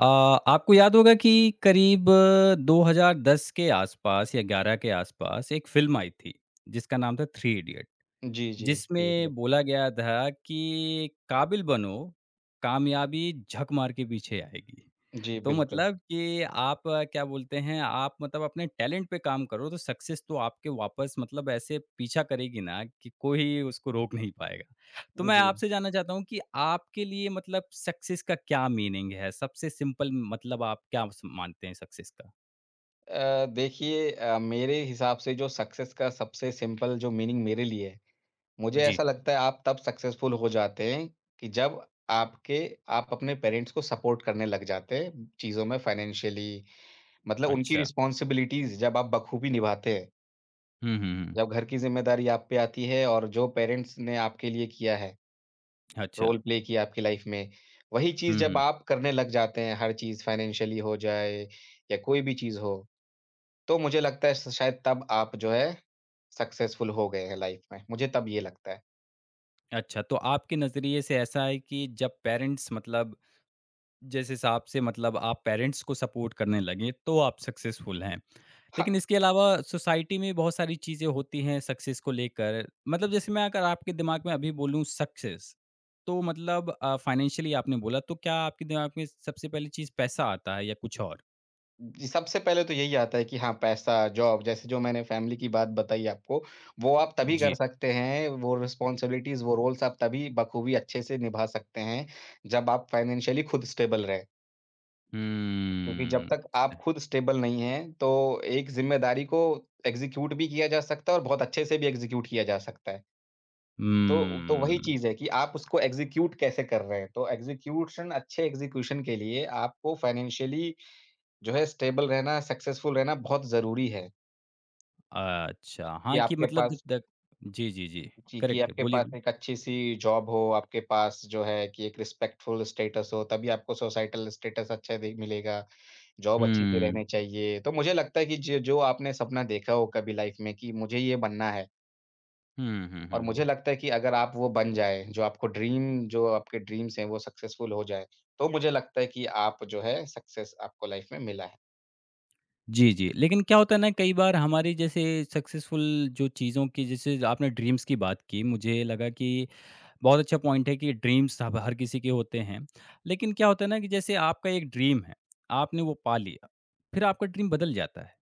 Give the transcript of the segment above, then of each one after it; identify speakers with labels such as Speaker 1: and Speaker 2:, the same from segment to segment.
Speaker 1: अ, आपको याद होगा कि करीब 2010 के आसपास या 11 के आसपास एक फ़िल्म आई थी, जिसका नाम था थ्री इडियट।
Speaker 2: जी, जी, ठीक है।
Speaker 1: जिसमें बोला गया था कि काबिल बनो, कामयाबी झक मार के पीछे आएगी।
Speaker 2: जी,
Speaker 1: तो
Speaker 2: बिल्कुल,
Speaker 1: मतलब कि आप क्या बोलते हैं, आप मतलब अपने टैलेंट पे काम करो तो सक्सेस तो आपके वापस मतलब ऐसे पीछा करेगी ना कि कोई उसको रोक नहीं पाएगा। तो मैं
Speaker 2: जी।
Speaker 1: आपसे जानना चाहता हूँ कि आपके लिए मतलब सक्सेस का क्या मीनिंग है? सबसे सिंपल मतलब आप क्या स मानते हैं सक्सेस का?
Speaker 2: देखिए, मेरे हिसाब से जो सक्सेस का सबसे सिंपल जो मीनिंग मेरे लिए है, मुझे
Speaker 1: जी।
Speaker 2: ऐसा लगता है आप तब सक्सेसफुल हो जाते हैं कि जब आपके आप अपने पेरेंट्स को सपोर्ट करने लग जाते हैं चीज़ों में फाइनेंशियली, मतलब उनकी
Speaker 1: अच्छा।
Speaker 2: रिस्पॉन्सिबिलिटीज़ जब आप बखूबी निभाते हैं,
Speaker 1: हुँ, हुँ, हुँ।
Speaker 2: जब घर की ज़िम्मेदारी आप पे आती है और जो पेरेंट्स ने आपके लिए किया है।
Speaker 1: अच्छा।
Speaker 2: रोल प्ले किया आपकी लाइफ में। वही चीज़
Speaker 1: हुँ,
Speaker 2: जब
Speaker 1: हुँ।
Speaker 2: आप करने लग जाते हैं, हर चीज़ फाइनेंशियली हो जाए या कोई भी चीज़ हो, तो मुझे लगता है स शायद तब आप जो है सक्सेसफुल हो गए हैं लाइफ में। मुझे तब ये लगता है।
Speaker 1: अच्छा, तो आपके नज़रिए से ऐसा है कि जब पेरेंट्स मतलब जिस हिसाब से मतलब आप पेरेंट्स को सपोर्ट करने लगे, तो आप सक्सेसफुल हैं।
Speaker 2: हाँ,
Speaker 1: लेकिन इसके अलावा सोसाइटी में बहुत सारी चीज़ें होती हैं सक्सेस को लेकर। मतलब जैसे मैं अगर आपके दिमाग में अभी बोलूँ सक्सेस, तो मतलब फाइनेंशियली आपने बोला, तो क्या आपके दिमाग में सबसे पहली चीज़ पैसा आता है या कुछ और?
Speaker 2: जी सबसे पहले तो यही आता है कि हाँ, पैसा, जॉब जैसे जो मैंने फैमिली की बात बताई आपको, वो आप तभी
Speaker 1: जी।
Speaker 2: कर सकते हैं, वो रिस्पॉन्सिबिलिटीज़, वो रोल्स आप तभी बखूबी अच्छे से निभा सकते हैं, जब आप फाइनेंशियली खुद स्टेबल रहें। क्योंकि जब
Speaker 1: हम्म,
Speaker 2: तक आप खुद स्टेबल नहीं हैं, तो एक ज़िम्मेदारी को एग्ज़ीक्यूट भी किया जा सकता है और बहुत अच्छे से भी एग्ज़ीक्यूट किया जा सकता है। तो
Speaker 1: हम्म,
Speaker 2: वही चीज़ है कि आप उसको एग्ज़ीक्यूट कैसे कर रहे हैं। तो एग्ज़ीक्यूशन अच्छे एग्ज़ीक्यूशन के लिए आपको फाइनेंशियली जो है स्टेबल रहना, सक्सेसफुल रहना बहुत ज़रूरी है
Speaker 1: अच्छा।
Speaker 2: कि
Speaker 1: हाँ, कि
Speaker 2: आपके
Speaker 1: मतलब जब
Speaker 2: पास
Speaker 1: तक जी, जी, जी।
Speaker 2: जी, कि
Speaker 1: करेक्ट, है,
Speaker 2: आपके
Speaker 1: बोलिए,
Speaker 2: पास
Speaker 1: बोलिए।
Speaker 2: एक अच्छी-सी जॉब हो, आपके पास जो है कि एक रिस्पेक्टफुल स्टेटस हो, तभी आपको सोसाइटल स्टेटस अच्छा दे मिलेगा। जॉब अच्छी से
Speaker 1: हुँ,
Speaker 2: रहनी चाहिए। तो मुझे लगता है कि ज जो आपने सपना देखा हो कभी लाइफ़ में कि मुझे ये बनना है
Speaker 1: हुँ, हुँ,
Speaker 2: और मुझे
Speaker 1: हुँ।
Speaker 2: लगता है कि अगर आप वो बन जाए, जो आपके ड्रीम्स हैं वो सक्सेसफुल हो जाए, तो मुझे लगता है कि आप जो है सक्सेस आपको लाइफ़ में मिला है।
Speaker 1: जी, जी। लेकिन क्या होता है ना कई बार हमारी जैसे सक्सेसफुल जो चीज़ों की जैसे आपने ड्रीम्स की बात की, मुझे लगा कि बहुत अच्छा पॉइंट है कि ड्रीम्स सब हर किसी के होते हैं। लेकिन क्या होता है ना कि जैसे आपका एक ड्रीम है, आपने वो पा लिया, फिर आपका ड्रीम बदल जाता है।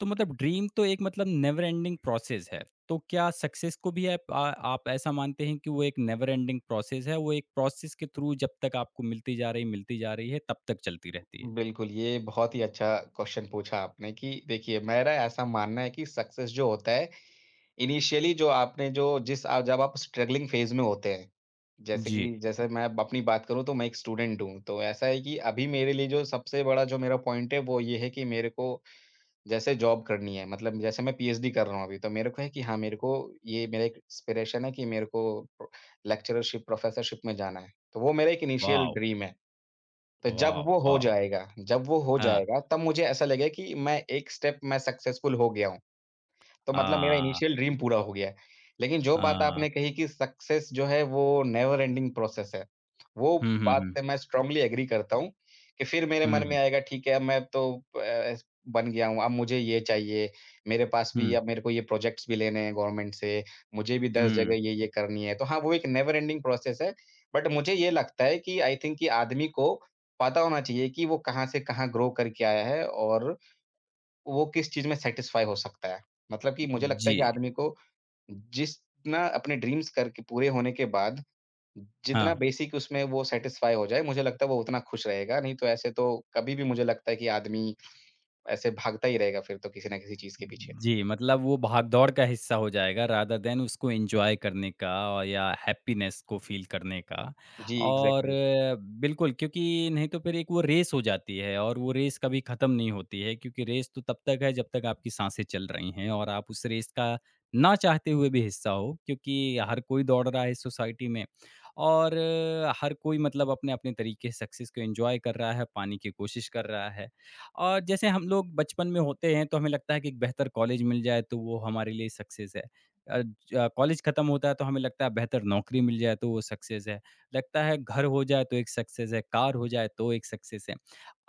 Speaker 1: तो मतलब ड्रीम तो एक मतलब नेवर एंडिंग प्रोसेस है। तो क्या सक्सेस को भी आप ऐसा मानते हैं कि वो एक नेवर एंडिंग प्रोसेस है, वो एक प्रोसेस के थ्रू जब तक आपको मिलती जा रही है, तब तक चलती रहती है?
Speaker 2: बिल्कुल, ये बहुत ही अच्छा क्वेश्चन पूछा आपने कि देखिए, मेरा ऐसा मानना है कि सक्सेस जो होता है, इनिशियली जो आपने जो जिस अ, जब आप स्ट्रगलिंग फेज़ में होते हैं,
Speaker 1: जी।
Speaker 2: जैसे मैं अब अपनी बात करूँ तो मैं एक स्टूडेंट हूँ, तो ऐसा है कि अभी मेरे लिए जो सबसे बड़ा जो मेरा पॉइंट है, वो ये है कि मेरे को जैसे जॉब करनी है, मतलब जैसे मैं पीएचडी कर रहा हूँ अभी, तो मेरे को है कि हाँ, मेरे को ये मेरा एक एस्पिरेशन है कि मेरे को लेक्चरशिप, प्रोफ़ेसरशिप में जाना है, तो वो मेरा एक इनिशियल
Speaker 1: वॉव!
Speaker 2: ड्रीम है। तो जब
Speaker 1: वॉव!
Speaker 2: वो हो
Speaker 1: वॉव!
Speaker 2: जाएगा जब वो हो
Speaker 1: हाँ।
Speaker 2: जाएगा, तब मुझे ऐसा लगेगा कि मैं एक स्टेप मैं सक्सेसफुल हो गया हूँ। तो मतलब मेरा
Speaker 1: आ,
Speaker 2: इनिशियल ड्रीम पूरा हो गया है। लेकिन जो बात
Speaker 1: हाँ।
Speaker 2: आपने कही कि सक्सेस जो है वो नेवर एंडिंग प्रोसेस है, वो
Speaker 1: हुँ, हुँ,
Speaker 2: बात
Speaker 1: हुँ।
Speaker 2: से मैं स्ट्रांगली एग्री करता हूँ, कि फिर मेरे
Speaker 1: हुँ,
Speaker 2: मन
Speaker 1: हुँ।
Speaker 2: में आएगा ठीक है अब मैं तो एस बन गया हूँ, अब मुझे ये चाहिए, मेरे पास
Speaker 1: हुँ,
Speaker 2: भी अब मेरे को ये प्रोजेक्ट्स भी लेने हैं गवर्नमेंट से, मुझे भी 10
Speaker 1: हुँ।
Speaker 2: जगह ये-ये करनी है। तो हाँ, वो एक नेवर एंडिंग प्रोसेस है, बट मुझे ये लगता है कि आई थिंक कि आदमी को पता होना चाहिए कि वो कहाँ से कहाँ ग्रो करके आया है और वो किस चीज़ में सैटिस्फ़ाई हो सकता है। मतलब कि मुझे लगता है
Speaker 1: जी।
Speaker 2: कि आदमी को जितना अपने ड्रीम्स करके पूरे होने के बाद, जितना
Speaker 1: हाँ।
Speaker 2: बेसिक उसमें वो सैटिस्फ़ाई हो जाए, मुझे लगता है वो उतना खुश रहेगा, नहीं तो ऐसे तो कभी भी मुझे लगता है कि आदमी ऐसे भागता ही रहेगा फिर तो किसी न किसी चीज़ के पीछे।
Speaker 1: जी, मतलब वो भाग-दौड़ का हिस्सा हो जाएगा रादर देन उसको एन्जॉय करने का और या हैप्पीनेस को फ़ील करने का।
Speaker 2: जी,
Speaker 1: और
Speaker 2: एग्ज़ैक्टली।
Speaker 1: बिल्कुल, क्योंकि नहीं तो फिर एक वो रेस हो जाती है और वो रेस कभी ख़त्म नहीं होती है क्योंकि रेस तो तब तक है जब तक आपकी साँसें चल रही हैं और आप उस रेस का ना चाहते हुए भी हिस्सा हो क्योंकि हर कोई दौड़ रहा है इस सोसाइटी में और हर कोई मतलब अपने-अपने तरीके से सक्सेस को एन्जॉय कर रहा है, पाने की कोशिश कर रहा है। और जैसे हम लोग बचपन में होते हैं तो हमें लगता है कि एक बेहतर कॉलेज मिल जाए तो वो हमारे लिए सक्सेस है। अ, कॉलेज खत्म होता है तो हमें लगता है बेहतर नौकरी मिल जाए तो वो सक्सेस है। लगता है घर हो जाए तो एक सक्सेस है, कार हो जाए तो एक सक्सेस है।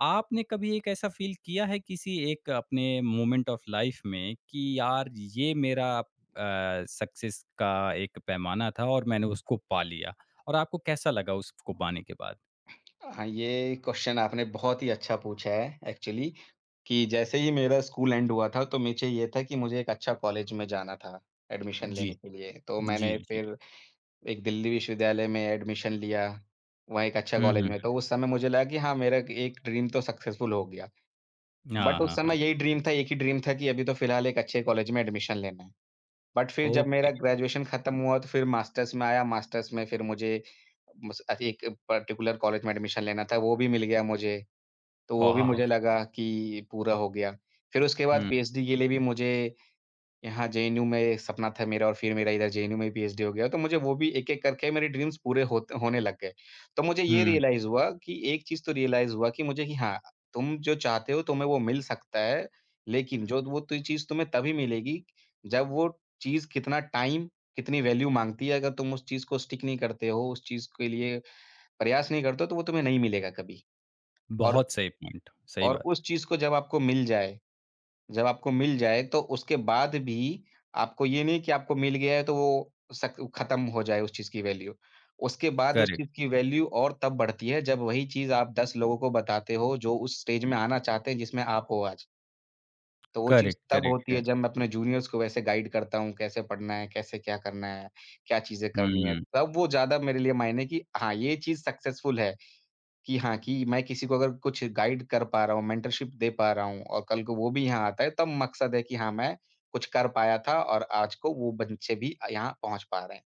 Speaker 1: आपने कभी एक ऐसा फ़ील किया है किसी एक अपने मोमेंट ऑफ लाइफ़ में कि यार ये मेरा सक्सेस का एक पैमाना था और मैंने उसको पा लिया और आपको कैसा लगा उसको पाने के बाद?
Speaker 2: हाँ, ये क्वेश्चन आपने बहुत ही अच्छा पूछा है एक्चुअली कि जैसे ही मेरा स्कूल एंड हुआ था, तो मुझे ये था कि मुझे एक अच्छा कॉलेज में जाना था एडमिशन
Speaker 1: जी।
Speaker 2: लेने के लिए। तो
Speaker 1: जी,
Speaker 2: मैंने
Speaker 1: जी।
Speaker 2: फिर एक दिल्ली विश्वविद्यालय में एडमिशन लिया, वहाँ एक अच्छा
Speaker 1: हुँ,
Speaker 2: कॉलेज में।
Speaker 1: हुँ।
Speaker 2: अच्छा। तो उस समय मुझे लगा कि हाँ, मेरा एक ड्रीम तो सक्सेसफुल हो गया।
Speaker 1: हाँ,
Speaker 2: बट
Speaker 1: हाँ,
Speaker 2: उस
Speaker 1: हाँ।
Speaker 2: समय यही ड्रीम था, एक ही ड्रीम था कि अभी तो फिलहाल एक अच्छे कॉलेज में एडमिशन लेना है। बट फिर जब
Speaker 1: ओके।
Speaker 2: मेरा ग्रेजुएशन खत्म हुआ तो फिर मास्टर्स में आया, मास्टर्स में फिर मुझे एक पर्टिकुलर कॉलेज में एडमिशन लेना था, वो भी मिल गया मुझे। तो वो भी
Speaker 1: वाह!
Speaker 2: मुझे लगा कि पूरा हो गया। फिर उसके बाद
Speaker 1: हुँ,
Speaker 2: पीएचडी के लिए भी मुझे यहाँ जेएनयू में एक सपना था मेरा और फिर मेरा इधर जेएनयू में पीएचडी हो गया, तो मुझे वो भी एक-एक करके मेरे ड्रीम्स पूरे होत होने लग गए। तो मुझे ये
Speaker 1: हुँ।
Speaker 2: रियलाइज़ हुआ कि एक चीज़ तो रियलाइज़ हुआ कि मुझे कि हाँ, तुम जो चाहते हो तुम्हें वो मिल सकता है, लेकिन जो वो तु चीज़ तुम्हें तभी मिलेगी जब वो चीज़ कितना टाइम, कितनी वैल्यू माँगती है, अगर तुम उस चीज़ को स्टिक नहीं करते हो, उस चीज़ के लिए प्रयास नहीं करते हो, तो वो तुम्हें नहीं मिलेगा कभी। और
Speaker 1: बहुत सही पॉइंट, सही
Speaker 2: और
Speaker 1: बात है।
Speaker 2: उस चीज़ को जब आपको मिल जाए तो उसके बाद भी आपको ये नहीं कि आपको मिल गया है तो वो सक खत्म हो जाए उस चीज़ की वैल्यू। उसके बाद उस
Speaker 1: करेक्ट,
Speaker 2: चीज़ की वैल्यू और तब बढ़ती है जब वही चीज़ आप 10 लोगों को बताते हो जो उस स्टेज में आना चाहते हैं जिसमें आप हो आज। तो वो चीज़
Speaker 1: करेक्ट,
Speaker 2: तब
Speaker 1: करेक्ट
Speaker 2: होती
Speaker 1: है।
Speaker 2: है जब मैं अपने जूनियर्स को वैसे गाइड करता हूँ, कैसे पढ़ना है, कैसे क्या करना है, क्या चीज़ें करनी है।
Speaker 1: हुँ,
Speaker 2: तब वो ज़्यादा मेरे लिए मायने की हाँ, ये चीज़ सक्सेसफुल है। कि हाँ, कि मैं किसी को अगर कुछ गाइड कर पा रहा हूँ, मेंटरशिप दे पा रहा हूँ और कल को वो भी यहाँ आता है, तब मकसद है कि हाँ, मैं कुछ कर पाया था और आज को वो बच्चे भी यहाँ पहुँच पा रहे हैं।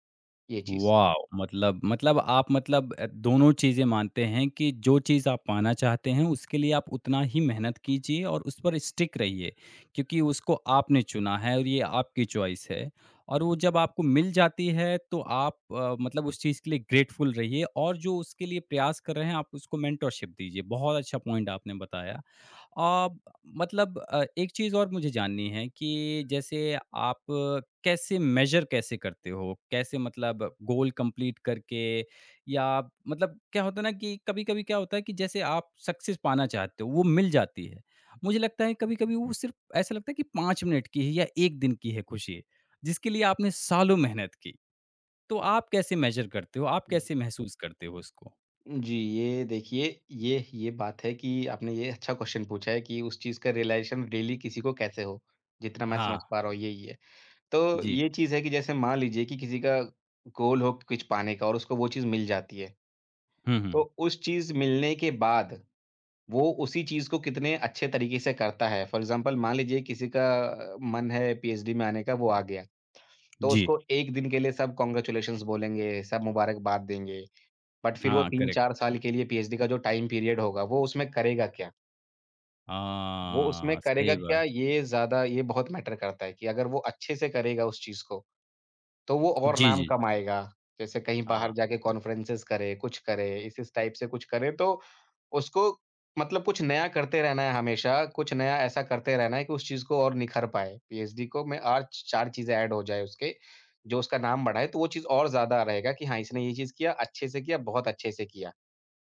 Speaker 2: ये चीज़।
Speaker 1: वॉव! मतलब मतलब आप दोनों चीज़ें मानते हैं कि जो चीज़ आप पाना चाहते हैं, उसके लिए आप उतना ही मेहनत कीजिए और उस पर स्टिक रहिए, क्योंकि उसको आपने चुना है और ये आपकी चॉइस है। और वो जब आपको मिल जाती है, तो आप मतलब उस चीज़ के लिए ग्रेटफुल रहिए और जो उसके लिए प्रयास कर रहे हैं, आप उसको मेंटरशिप दीजिए। बहुत अच्छा पॉइंट आपने बताया। अ, मतलब एक चीज़ और मुझे जाननी है कि जैसे आप कैसे मेज़र कैसे करते हो? कैसे मतलब गोल कंप्लीट करके या मतलब क्या होता है ना कि कभी-कभी क्या होता है कि जैसे आप सक्सेस पाना चाहते हो, वो मिल जाती है। मुझे लगता है कभी-कभी वो सिर्फ़ ऐसा लगता है कि 5 मिनट की है या 1 दिन की है खुशी, जिसके लिए आपने सालों मेहनत की। तो आप कैसे मेज़र करते हो? आप कैसे महसूस करते हो उसको?
Speaker 2: जी, ये देखिए, ये बात है कि आपने ये अच्छा क्वेश्चन पूछा है कि उस चीज़ का रियलाइज़ेशन रियली किसी को कैसे हो? जितना मैं
Speaker 1: हाँ,
Speaker 2: समझ पा रहा हूँ, यही है। तो
Speaker 1: जी।
Speaker 2: ये चीज़ है कि जैसे मान लीजिए कि किसी का गोल हो कुछ पाने का और उसको वो चीज़ मिल जाती है।
Speaker 1: हुँ,
Speaker 2: तो
Speaker 1: हुँ।
Speaker 2: उस चीज़ मिलने के बाद वो उसी चीज़ को कितने अच्छे तरीके से करता है। फॉर एग्ज़ाम्पल मान लीजिए किसी का मन है पीएचडी में आने का, वो आ गया। तो
Speaker 1: जी।
Speaker 2: उसको 1 दिन के लिए सब कांग्रेचुलेशंस बोलेंगे, सब मुबारकबाद देंगे। बट फिर वो
Speaker 1: हाँ, करेक्ट।
Speaker 2: 3-4 साल के लिए पीएचडी का जो टाइम पीरियड होगा, वो उसमें करेगा क्या? वो उसमें
Speaker 1: हाँ,
Speaker 2: करेगा
Speaker 1: सही
Speaker 2: क्या,
Speaker 1: बात।
Speaker 2: ये बहुत मैटर करता है कि अगर वो अच्छे से करेगा उस चीज़ को तो वो और
Speaker 1: जी,
Speaker 2: नाम
Speaker 1: जी।
Speaker 2: कमाएगा। जैसे कहीं
Speaker 1: हाँ।
Speaker 2: बाहर जाके कॉन्फ्रेंसेस करे, कुछ करे, इस टाइप से कुछ करे तो उसको मतलब कुछ नया करते रहना है हमेशा, कुछ नया ऐसा करते रहना है कि उस चीज़ को और निखर पाए। पीएचडी को में और 4 चीज़ें ऐड हो जाए उसके, जो उसका नाम बढ़ाए तो वो चीज़ और ज़्यादा रहेगा कि हाँ, इसने ये चीज़ किया, अच्छे से किया, बहुत अच्छे से किया।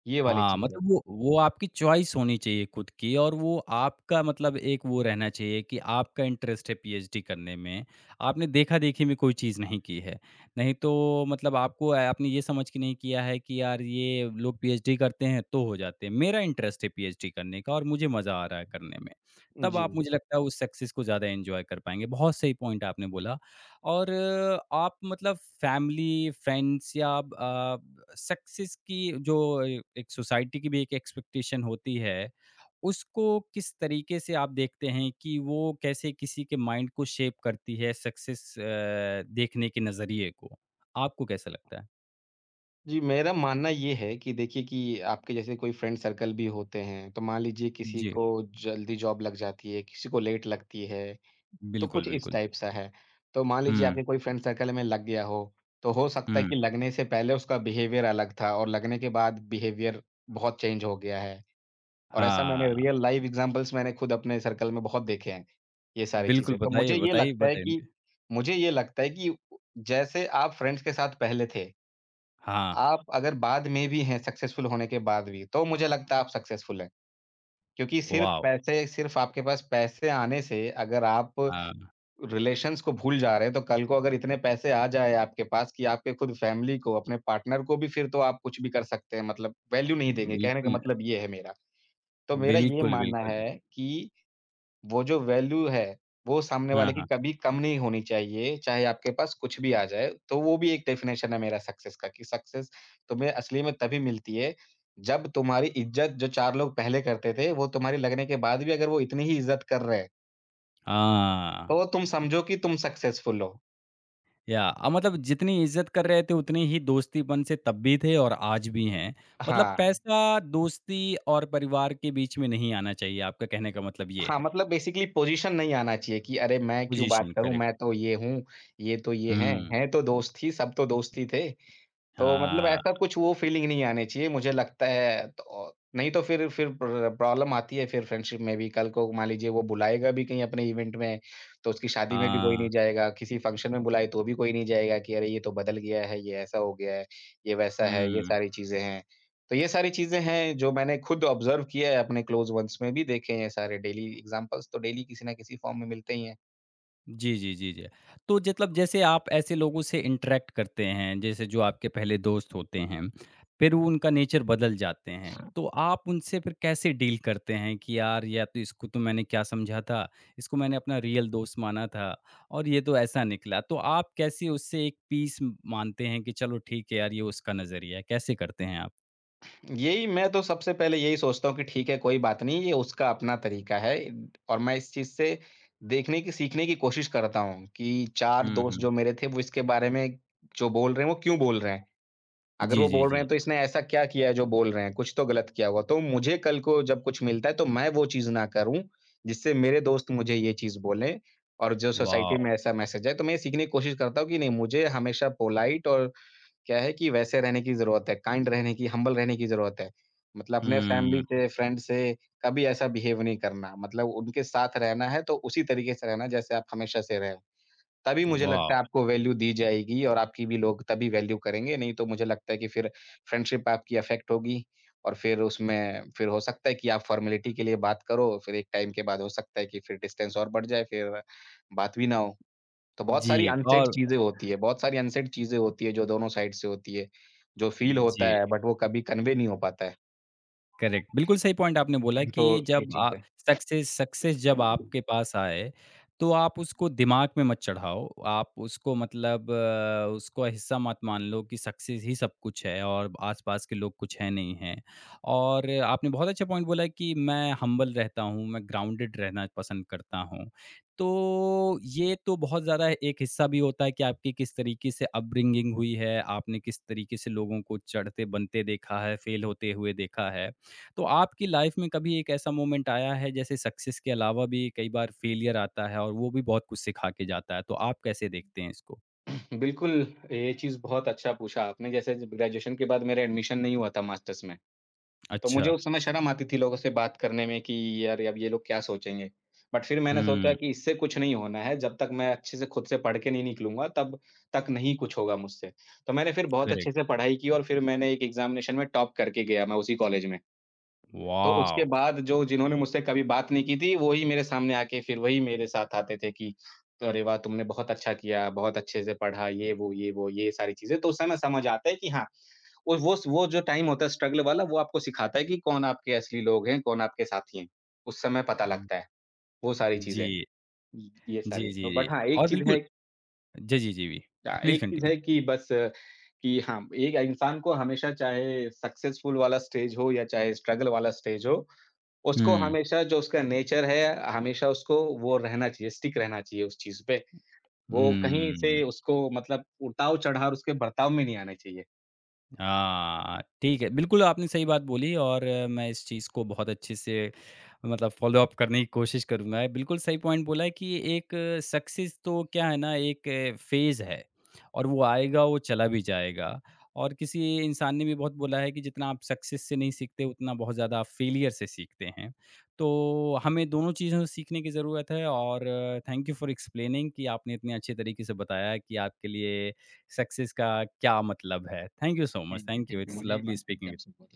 Speaker 2: ये वाली
Speaker 1: हाँ,
Speaker 2: चीज़ है।
Speaker 1: मतलब वो आपकी चॉइस होनी चाहिए खुद की और वो आपका मतलब एक वो रहना चाहिए कि आपका इंटरेस्ट है पीएचडी करने में। आपने देखा-देखी में कोई चीज़ नहीं की है। नहीं तो मतलब आपको आपने ये समझ के नहीं किया है कि यार ये लोग पीएचडी करते हैं तो हो जाते हैं। मेरा इंटरेस्ट है पीएचडी करने का और मुझे मज़ा आ रहा है करने में। तब
Speaker 2: जी।
Speaker 1: आप मुझे लगता है उस सक्सेस को ज़्यादा एन्जॉय कर पाएँगे। बहुत सही पॉइंट आपने बोला। और आप मतलब फैमिली, फ्रेंड्स या सक्सेस की जो ए एक सोसाइटी की भी एक एक्सपेक्टेशन होती है, उसको किस तरीके से आप देखते हैं कि वो कैसे किसी के माइंड को शेप करती है सक्सेस देखने के नज़रिए को? आपको कैसा लगता है?
Speaker 2: जी, मेरा मानना ये है कि देखिए कि आपके जैसे कोई फ्रेंड सर्कल भी होते हैं, तो मान लीजिए किसी
Speaker 1: जी,
Speaker 2: को जल्दी जॉब लग जाती है, किसी को लेट लगती है। तो
Speaker 1: बिल्कुल,
Speaker 2: कुछ इस
Speaker 1: बिल्कुल।
Speaker 2: टाइप सा है। तो मान लीजिए
Speaker 1: हुँ,
Speaker 2: आपके कोई फ्रेंड सर्कल में लग गया हो, तो हो सकता है
Speaker 1: हुँ।
Speaker 2: कि लगने से पहले उसका बिहेवियर अलग था और लगने के बाद बिहेवियर बहुत चेंज हो गया है। और ऐसा मैंने
Speaker 1: हाँ,
Speaker 2: रियल लाइफ एग्ज़ाम्पल्स मैंने खुद अपने सर्कल में बहुत देखे हैं, ये सारी
Speaker 1: बिल्कुल
Speaker 2: चीज़ें। तो
Speaker 1: बताइए, बताइए, बताएँगे।
Speaker 2: मुझे ये लगता है कि जैसे आप फ्रेंड्स के साथ पहले थे,
Speaker 1: हाँ,
Speaker 2: आप अगर बाद में भी हैं सक्सेसफुल होने के बाद भी, तो मुझे लगता है आप सक्सेसफुल हैं। क्योंकि
Speaker 1: वॉव!
Speaker 2: सिर्फ़ आपके पास पैसे आने से अगर आप
Speaker 1: हाँ,
Speaker 2: रिलेशंस को भूल जा रहे हैं, तो कल को अगर इतने पैसे आ जाए आपके पास कि आपके खुद फैमिली को, अपने पार्टनर को भी फिर तो आप कुछ भी कर सकते हैं मतलब वैल्यू नहीं देंगे, कहने का
Speaker 1: बिल्कुल,
Speaker 2: मतलब ये है मेरा। तो मेरा ये
Speaker 1: बिल्कुल,
Speaker 2: मानना
Speaker 1: बिल्कुल।
Speaker 2: है कि वो जो वैल्यू है, वो सामने
Speaker 1: हाँ,
Speaker 2: वाले की
Speaker 1: हाँ।
Speaker 2: कभी कम नहीं होनी चाहिए, चाहे आपके पास कुछ भी आ जाए। तो वो भी एक डेफ़िनेशन है मेरा सक्सेस का कि सक्सेस तुम्हें असली में तभी मिलती है, जब तुम्हारी इज़्ज़त जो 4 लोग पहले करते थे, वो तुम्हारे लगने के बाद भी अगर वो इतनी ही इज़्ज़त कर रहे हैं,
Speaker 1: हाँ।
Speaker 2: तो तुम समझो कि तुम सक्सेसफुल हो।
Speaker 1: या मतलब जितनी इज़्ज़त कर रहे थे उतनी ही दोस्तीपन से तब भी थे और आज भी हैं। मतलब
Speaker 2: हाँ।
Speaker 1: पैसा, दोस्ती और परिवार के बीच में नहीं आना चाहिए, आपका कहने का मतलब ये
Speaker 2: हाँ,
Speaker 1: है।
Speaker 2: मतलब बेसिकली पोज़ीशन नहीं आना चाहिए कि अरे! मैं क्यों
Speaker 1: पोज़ीशन
Speaker 2: बात करूँ,
Speaker 1: करेक्ट।
Speaker 2: मैं तो ये हूँ, ये तो ये
Speaker 1: हुँ।
Speaker 2: हैं तो दोस्त ही, सब तो दोस्त ही थे। तो मतलब
Speaker 1: हाँ,
Speaker 2: ऐसा कुछ वो फीलिंग नहीं आनी चाहिए मुझे लगता है तो नहीं तो फिर प्रॉब्लम आती है फिर फ्रेंडशिप में भी। कल को मान लीजिए वो बुलाएगा भी कहीं अपने इवेंट में, तो उसकी शादी में भी कोई
Speaker 1: हाँ।
Speaker 2: नहीं जाएगा, किसी फंक्शन में बुलाए तो भी कोई नहीं जाएगा कि अरे ये तो बदल गया है, ये ऐसा हो गया है, ये वैसा है, ये
Speaker 1: हुँ।
Speaker 2: सारी चीज़ें हैं। तो ये सारी चीज़ें हैं जो मैंने खुद ऑब्ज़र्व किया है अपने क्लोज़ वन्स में भी देखे हैं सारे डेली एग्ज़ाम्पल्स तो डेली किसी न किसी फ़ॉर्म में मिलते ही हैं।
Speaker 1: जी, जी, जी, जी। तो मतलब जैसे आप ऐसे लोगों से इंटरैक्ट करते हैं, जैसे जो आपके पहले दोस्त होते हैं, फिर वो उनका नेचर बदल जाते हैं, तो आप उनसे फिर कैसे डील करते हैं कि यार या तो इसको तो मैंने क्या समझा था, इसको मैंने अपना रियल दोस्त माना था और ये तो ऐसा निकला। तो आप कैसे उससे एक पीस मानते हैं कि चलो ठीक है यार ये उसका नज़रिया है, कैसे करते हैं आप?
Speaker 2: यही मैं तो सबसे पहले यही सोचता हूँ कि ठीक है, कोई बात नहीं, ये उसका अपना तरीका है और मैं इस चीज़ से देखने की सीखने की कोशिश करता हूँ कि 4
Speaker 1: हुँ,
Speaker 2: दोस्त
Speaker 1: हुँ।
Speaker 2: जो मेरे थे, वो इसके बारे में जो बोल रहे हैं, वो क्यों बोल रहे हैं? अगर
Speaker 1: जी,
Speaker 2: वो
Speaker 1: जी,
Speaker 2: बोल रहे
Speaker 1: जी,
Speaker 2: हैं, तो
Speaker 1: जी।
Speaker 2: इसने ऐसा क्या किया है जो बोल रहे हैं? कुछ तो गलत किया होगा। तो मुझे कल को जब कुछ मिलता है, तो मैं वो चीज़ ना करूँ, जिससे मेरे दोस्त मुझे ये चीज़ बोलें और जो
Speaker 1: वॉव!
Speaker 2: सोसाइटी में ऐसा मैसेज है, तो मैं ये सीखने की कोशिश करता हूँ कि नहीं, मुझे हमेशा पोलाइट और क्या है कि वैसे रहने की ज़रूरत है, काइंड रहने की, हम्बल रहने की ज़रूरत है। मतलब अपने
Speaker 1: हुँ,
Speaker 2: फैमिली से, फ्रेंड से कभी ऐसा बिहेव नहीं करना। मतलब उनके साथ रहना है तो उसी तरीके से रहना जैसे आप हमेशा से रहे हो। तभी मुझे लगता
Speaker 1: वॉव!
Speaker 2: है आपको वैल्यू दी जाएगी और आपकी भी लोग तभी वैल्यू करेंगे, नहीं तो मुझे लगता है कि फिर फ्रेंडशिप आपकी अफेक्ट होगी और फिर उसमें फिर हो सकता है कि आप फॉर्मेलिटी के लिए बात करो, फिर एक टाइम के बाद हो सकता है कि फिर डिस्टेंस और बढ़ जाए, फिर बात भी ना हो। तो बहुत
Speaker 1: जी
Speaker 2: सारी अनसेड
Speaker 1: और
Speaker 2: चीज़ें होती है, बहुत सारी अनसेड चीज़ें होती है जो दोनों साइड से होती है, जो फ़ील होता
Speaker 1: जी।
Speaker 2: है बट वो कभी कन्वे नहीं हो पाता है।
Speaker 1: करेक्ट, बिल्कुल सही पॉइंट आपने बोला
Speaker 2: तो
Speaker 1: कि
Speaker 2: ये
Speaker 1: जब आ
Speaker 2: चीज़ है।
Speaker 1: सक्सेस सक्सेस जब आपके पास आए, तो आप उसको दिमाग में मत चढ़ाओ। आप उसको मतलब उसको हिस्सा मत मान लो कि सक्सेस ही सब कुछ है और आस-पास के लोग कुछ है नहीं हैं। और आपने बहुत अच्छा पॉइंट बोला कि मैं हम्बल रहता हूँ, मैं ग्राउंडेड रहना पसंद करता हूँ। तो ये तो बहुत ज़्यादा एक हिस्सा भी होता है कि आपकी किस तरीके से अपब्रिंगिंग हुई है, आपने किस तरीके से लोगों को चढ़ते-बनते देखा है, फेल होते हुए देखा है। तो आपकी लाइफ में कभी एक ऐसा मोमेंट आया है जैसे सक्सेस के अलावा भी कई बार फेलियर आता है और वो भी बहुत कुछ सिखा के जाता है, तो आप कैसे देखते हैं इसको?
Speaker 2: बिल्कुल, ये चीज़ बहुत अच्छा पूछा आपने जैसे जब ग्रेजुएशन के बाद मेरा एडमिशन नहीं हुआ था मास्टर्स में, तो मुझे
Speaker 1: अच्छा।
Speaker 2: उस समय शर्म आती थी लोगों से बात करने में कि यार अब ये लोग क्या सोचेंगे? बट फिर मैंने सोचा
Speaker 1: हुँ,
Speaker 2: कि इससे कुछ नहीं होना है, जब तक मैं अच्छे से खुद से पढ़ के नहीं निकलूँगा तब तक नहीं कुछ होगा मुझसे। तो मैंने फिर बहुत अच्छे
Speaker 1: करेक्ट।
Speaker 2: से पढ़ाई की और फिर मैंने एक एग्ज़ामिनेशन में टॉप करके गया मैं उसी कॉलेज में। तो उसके
Speaker 1: वॉव!
Speaker 2: बाद जो जिन्होंने मुझसे कभी बात नहीं की थी, वो ही मेरे सामने आके फिर वही मेरे साथ आते थे कि, "अरे वाह! तुमने बहुत अच्छा किया, बहुत अच्छे से पढ़ा" ये, वो, ये, वो, ये सारी चीज़ें। तो उस समय समझ आता है कि हाँ, वो जो टाइम होता है स्ट्रगल वाला, वो आपको सिखाता है कि कौन आपके असली लोग हैं, कौन आपके साथी हैं। उस समय पता लगता है, वो सारी चीज़ें।
Speaker 1: जी।
Speaker 2: ये सारी
Speaker 1: जी, जी,
Speaker 2: तो
Speaker 1: जी।
Speaker 2: बट हाँ, एक
Speaker 1: और
Speaker 2: चीज़
Speaker 1: बिल्कुल
Speaker 2: है
Speaker 1: जी, जी, जी, जी। प्लीज़
Speaker 2: एक चीज़
Speaker 1: कंटिन्यू।
Speaker 2: है कि बस कि हाँ, एक इंसान को हमेशा चाहे सक्सेसफुल वाला स्टेज हो या चाहे स्ट्रगल वाला स्टेज हो उसको
Speaker 1: हुँ।
Speaker 2: हमेशा जो उसका नेचर है, हमेशा उसको वो रहना चाहिए, स्टिक रहना चाहिए उस चीज़ पे। वो कहीं
Speaker 1: हुँ।
Speaker 2: से उसको मतलब उतार-चढ़ाव उसके बर्ताव में नहीं आना चाहिए।
Speaker 1: हाँ, ठीक है। बिल्कुल, आपने सही बात बोली और मैं इस चीज़ को बहुत अच्छे से मतलब फ़ॉलो-अप करने की कोशिश करूँगा। बिल्कुल सही पॉइंट बोला है कि एक सक्सेस तो क्या है ना, एक फ़ेज़ है और वो आएगा, वो चला भी जाएगा। और किसी इंसान ने भी बहुत बोला है कि जितना आप सक्सेस से नहीं सीखते, उतना बहुत ज़्यादा आप फ़ेलियर से सीखते हैं। तो हमें दोनों चीज़ों से सीखने की ज़रूरत है और थैंक यू फॉर एक्सप्लेनिंग कि आपने इतने अच्छे तरीके से बताया कि आपके लिए सक्सेस का क्या मतलब है? Thank you so much,
Speaker 2: thank you,
Speaker 1: thank you,
Speaker 2: thank you.
Speaker 1: It's
Speaker 2: हुँ। मुझे ये
Speaker 1: लवली
Speaker 2: बात
Speaker 1: स्पीकिंग
Speaker 2: करके
Speaker 1: विद
Speaker 2: आपसे